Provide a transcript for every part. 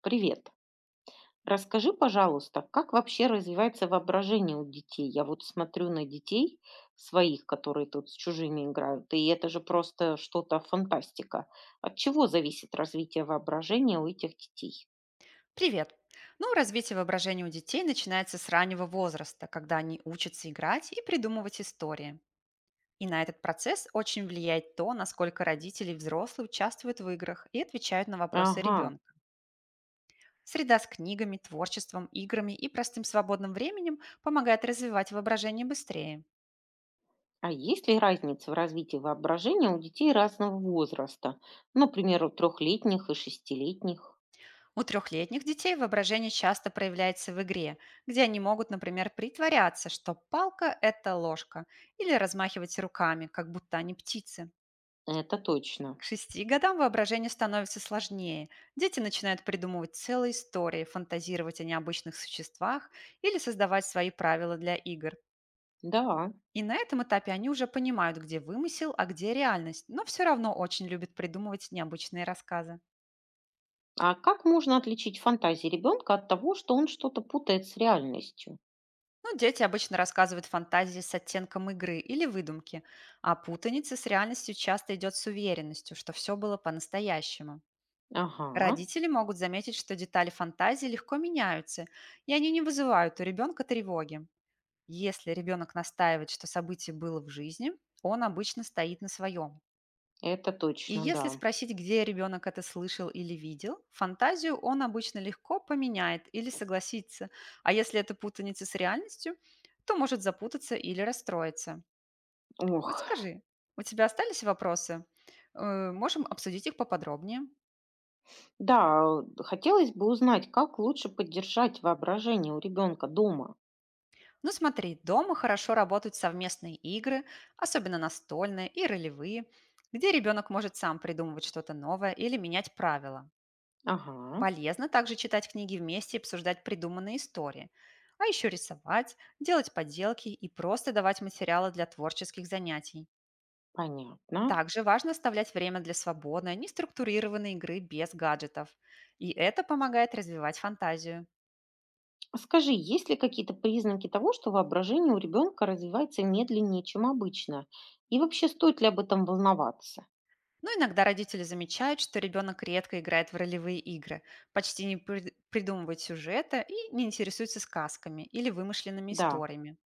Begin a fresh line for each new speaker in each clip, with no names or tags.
Привет. Расскажи, пожалуйста, как вообще развивается воображение у детей? Я вот смотрю на детей своих, которые тут с чужими играют, и это же просто что-то фантастика. От чего зависит развитие воображения у этих детей?
Привет! Ну, развитие воображения у детей начинается с раннего возраста, когда они учатся играть и придумывать истории. И на этот процесс очень влияет то, насколько родители и взрослые участвуют в играх и отвечают на вопросы
Ага.
ребенка. Среда с книгами, творчеством, играми и простым свободным временем помогает развивать воображение быстрее.
А есть ли разница в развитии воображения у детей разного возраста? Например, у трехлетних и шестилетних.
У трехлетних детей воображение часто проявляется в игре, где они могут, например, притворяться, что палка– это ложка, или размахивать руками, как будто они птицы.
Это точно.
К шести годам воображение становится сложнее. Дети начинают придумывать целые истории, фантазировать о необычных существах или создавать свои правила для игр.
Да.
И на этом этапе они уже понимают, где вымысел, а где реальность, но все равно очень любят придумывать необычные рассказы.
А как можно отличить фантазии ребенка от того, что он что-то путает с реальностью?
Ну, дети обычно рассказывают фантазии с оттенком игры или выдумки, а путаница с реальностью часто идет с уверенностью, что все было по-настоящему.
Ага.
Родители могут заметить, что детали фантазии легко меняются, и они не вызывают у ребенка тревоги. Если ребенок настаивает, что событие было в жизни, он обычно стоит на своем.
Это
И
точно,
если
да.
спросить, где ребенок это слышал или видел, фантазию он обычно легко поменяет или согласится. А если это путаница с реальностью, то может запутаться или расстроиться.
Ох,
Вот скажи, у тебя остались вопросы? Можем обсудить их поподробнее.
да, хотелось бы узнать, как лучше поддержать воображение у ребенка дома.
Ну смотри, дома хорошо работают совместные игры, особенно настольные и ролевые, где ребенок может сам придумывать что-то новое или менять правила.
Ага,
Полезно также читать книги вместе и обсуждать придуманные истории. А еще рисовать, делать поделки и просто давать материалы для творческих занятий.
понятно.
Также важно оставлять время для свободной, неструктурированной игры без гаджетов. И это помогает развивать фантазию.
А скажи, есть ли какие-то признаки того, что воображение у ребенка развивается медленнее, чем обычно? И вообще, стоит ли об этом волноваться?
Но иногда родители замечают, что ребенок редко играет в ролевые игры, почти не придумывает сюжета и не интересуется сказками или вымышленными
Да,
историями.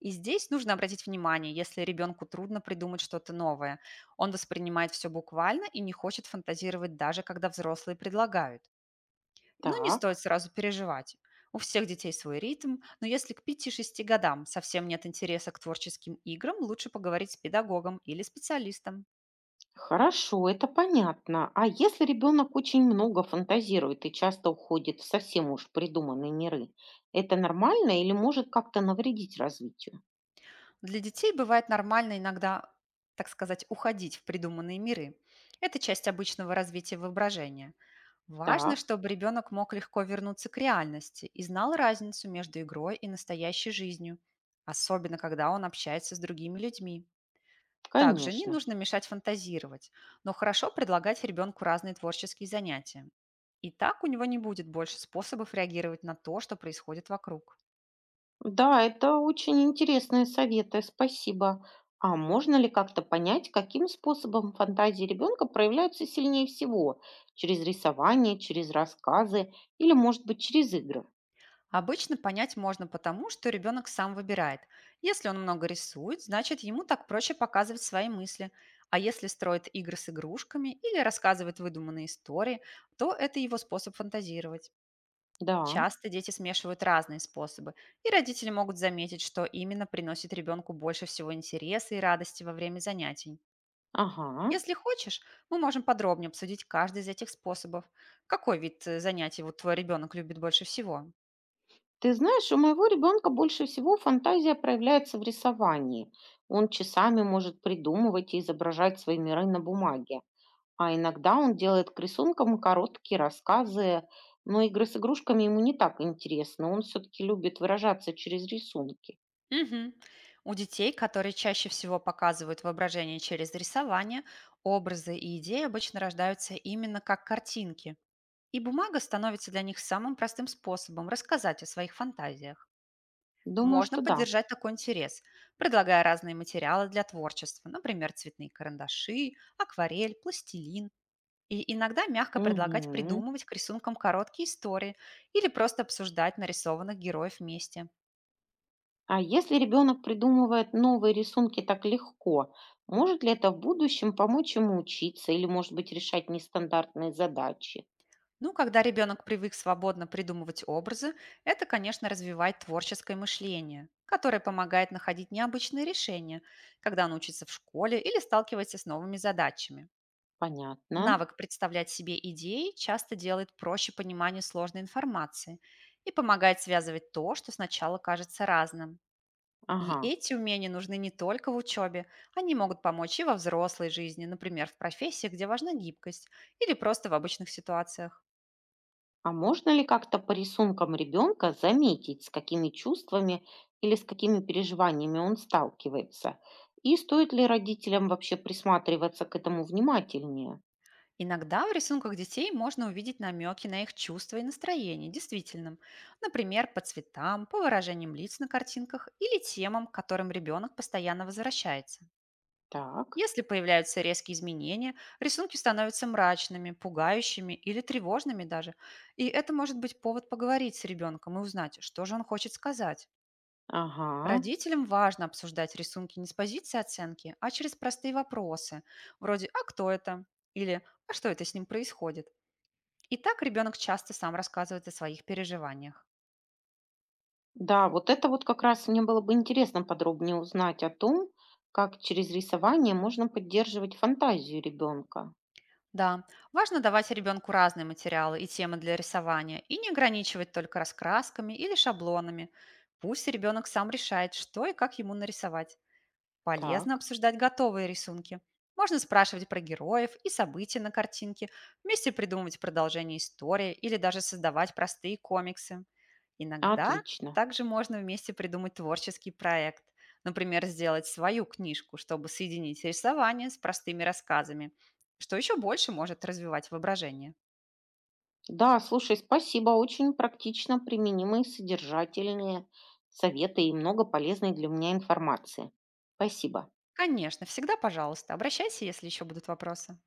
И здесь нужно обратить внимание, если ребенку трудно придумать что-то новое. Он воспринимает все буквально и не хочет фантазировать даже, когда взрослые предлагают. Но не стоит
так.
сразу переживать. У всех детей свой ритм, но если к пяти-шести годам совсем нет интереса к творческим играм, лучше поговорить с педагогом или специалистом.
Хорошо, это понятно. А если ребенок очень много фантазирует и часто уходит в совсем уж придуманные миры, это нормально или может как-то навредить развитию?
Для детей бывает нормально иногда, так сказать, уходить в придуманные миры. Это часть обычного развития воображения. Важно,
Так.
чтобы ребенок мог легко вернуться к реальности и знал разницу между игрой и настоящей жизнью, особенно когда он общается с другими людьми. Также не
Конечно.
нужно мешать фантазировать, но хорошо предлагать ребенку разные творческие занятия. И так у него не будет больше способов реагировать на то, что происходит вокруг.
Да, это очень интересные советы, спасибо. А можно ли как-то понять, каким способом фантазии ребенка проявляются сильнее всего? Через рисование, через рассказы или, может быть, через игры?
Обычно понять можно потому, что ребенок сам выбирает. Если он много рисует, значит ему так проще показывать свои мысли. А если строит игры с игрушками или рассказывает выдуманные истории, то это его способ фантазировать.
Да,
Часто дети смешивают разные способы, и родители могут заметить, что именно приносит ребенку больше всего интереса и радости во время занятий.
ага.
Если хочешь, мы можем подробнее обсудить каждый из этих способов. Какой вид занятий вот твой ребенок любит больше всего?
Ты знаешь, у моего ребенка больше всего фантазия проявляется в рисовании. Он часами может придумывать и изображать свои миры на бумаге. А иногда он делает к рисункам короткие рассказы, но игры с игрушками ему не так интересно. Он все-таки любит выражаться через рисунки.
Мгм. У детей, которые чаще всего показывают воображение через рисование, образы и идеи обычно рождаются именно как картинки. И бумага становится для них самым простым способом рассказать о своих фантазиях.
Думаю,
Можно
что да.
поддержать такой интерес, предлагая разные материалы для творчества, например, цветные карандаши, акварель, пластилин. И иногда мягко предлагать
Мгм.
придумывать к рисункам короткие истории или просто обсуждать нарисованных героев вместе.
А если ребенок придумывает новые рисунки так легко, может ли это в будущем помочь ему учиться или, может быть, решать нестандартные задачи?
Ну, когда ребенок привык свободно придумывать образы, это, конечно, развивает творческое мышление, которое помогает находить необычные решения, когда он учится в школе или сталкивается с новыми задачами.
Понятно.
Навык представлять себе идеи часто делает проще понимание сложной информации и помогает связывать то, что сначала кажется разным. И
Ага.
эти умения нужны не только в учебе, они могут помочь и во взрослой жизни, например, в профессиях, где важна гибкость, или просто в обычных ситуациях.
А можно ли как-то по рисункам ребенка заметить, с какими чувствами или с какими переживаниями он сталкивается? И стоит ли родителям вообще присматриваться к этому внимательнее?
Иногда в рисунках детей можно увидеть намеки на их чувства и настроение, действительно. Например, по цветам, по выражениям лиц на картинках или темам, к которым ребенок постоянно возвращается.
Так,
Если появляются резкие изменения, рисунки становятся мрачными, пугающими или тревожными даже. И это может быть повод поговорить с ребенком и узнать, что же он хочет сказать.
ага.
Родителям важно обсуждать рисунки не с позиции оценки, а через простые вопросы, вроде «А кто это?» или «А что это с ним происходит?». И так ребенок часто сам рассказывает о своих переживаниях.
Да, вот это вот как раз мне было бы интересно подробнее узнать о том, как через рисование можно поддерживать фантазию ребенка.
Да, важно давать ребенку разные материалы и темы для рисования и не ограничивать только раскрасками или шаблонами. Пусть ребенок сам решает, что и как ему нарисовать. Полезно
Так,
обсуждать готовые рисунки. Можно спрашивать про героев и события на картинке, вместе придумывать продолжение истории или даже создавать простые комиксы. Иногда
отлично.
также можно вместе придумать творческий проект. Например, сделать свою книжку, чтобы соединить рисование с простыми рассказами, что еще больше может развивать воображение.
Да, слушай, спасибо. Очень практично применимые, содержательные советы и много полезной для меня информации. Спасибо.
Конечно, всегда, пожалуйста, обращайся, если еще будут вопросы.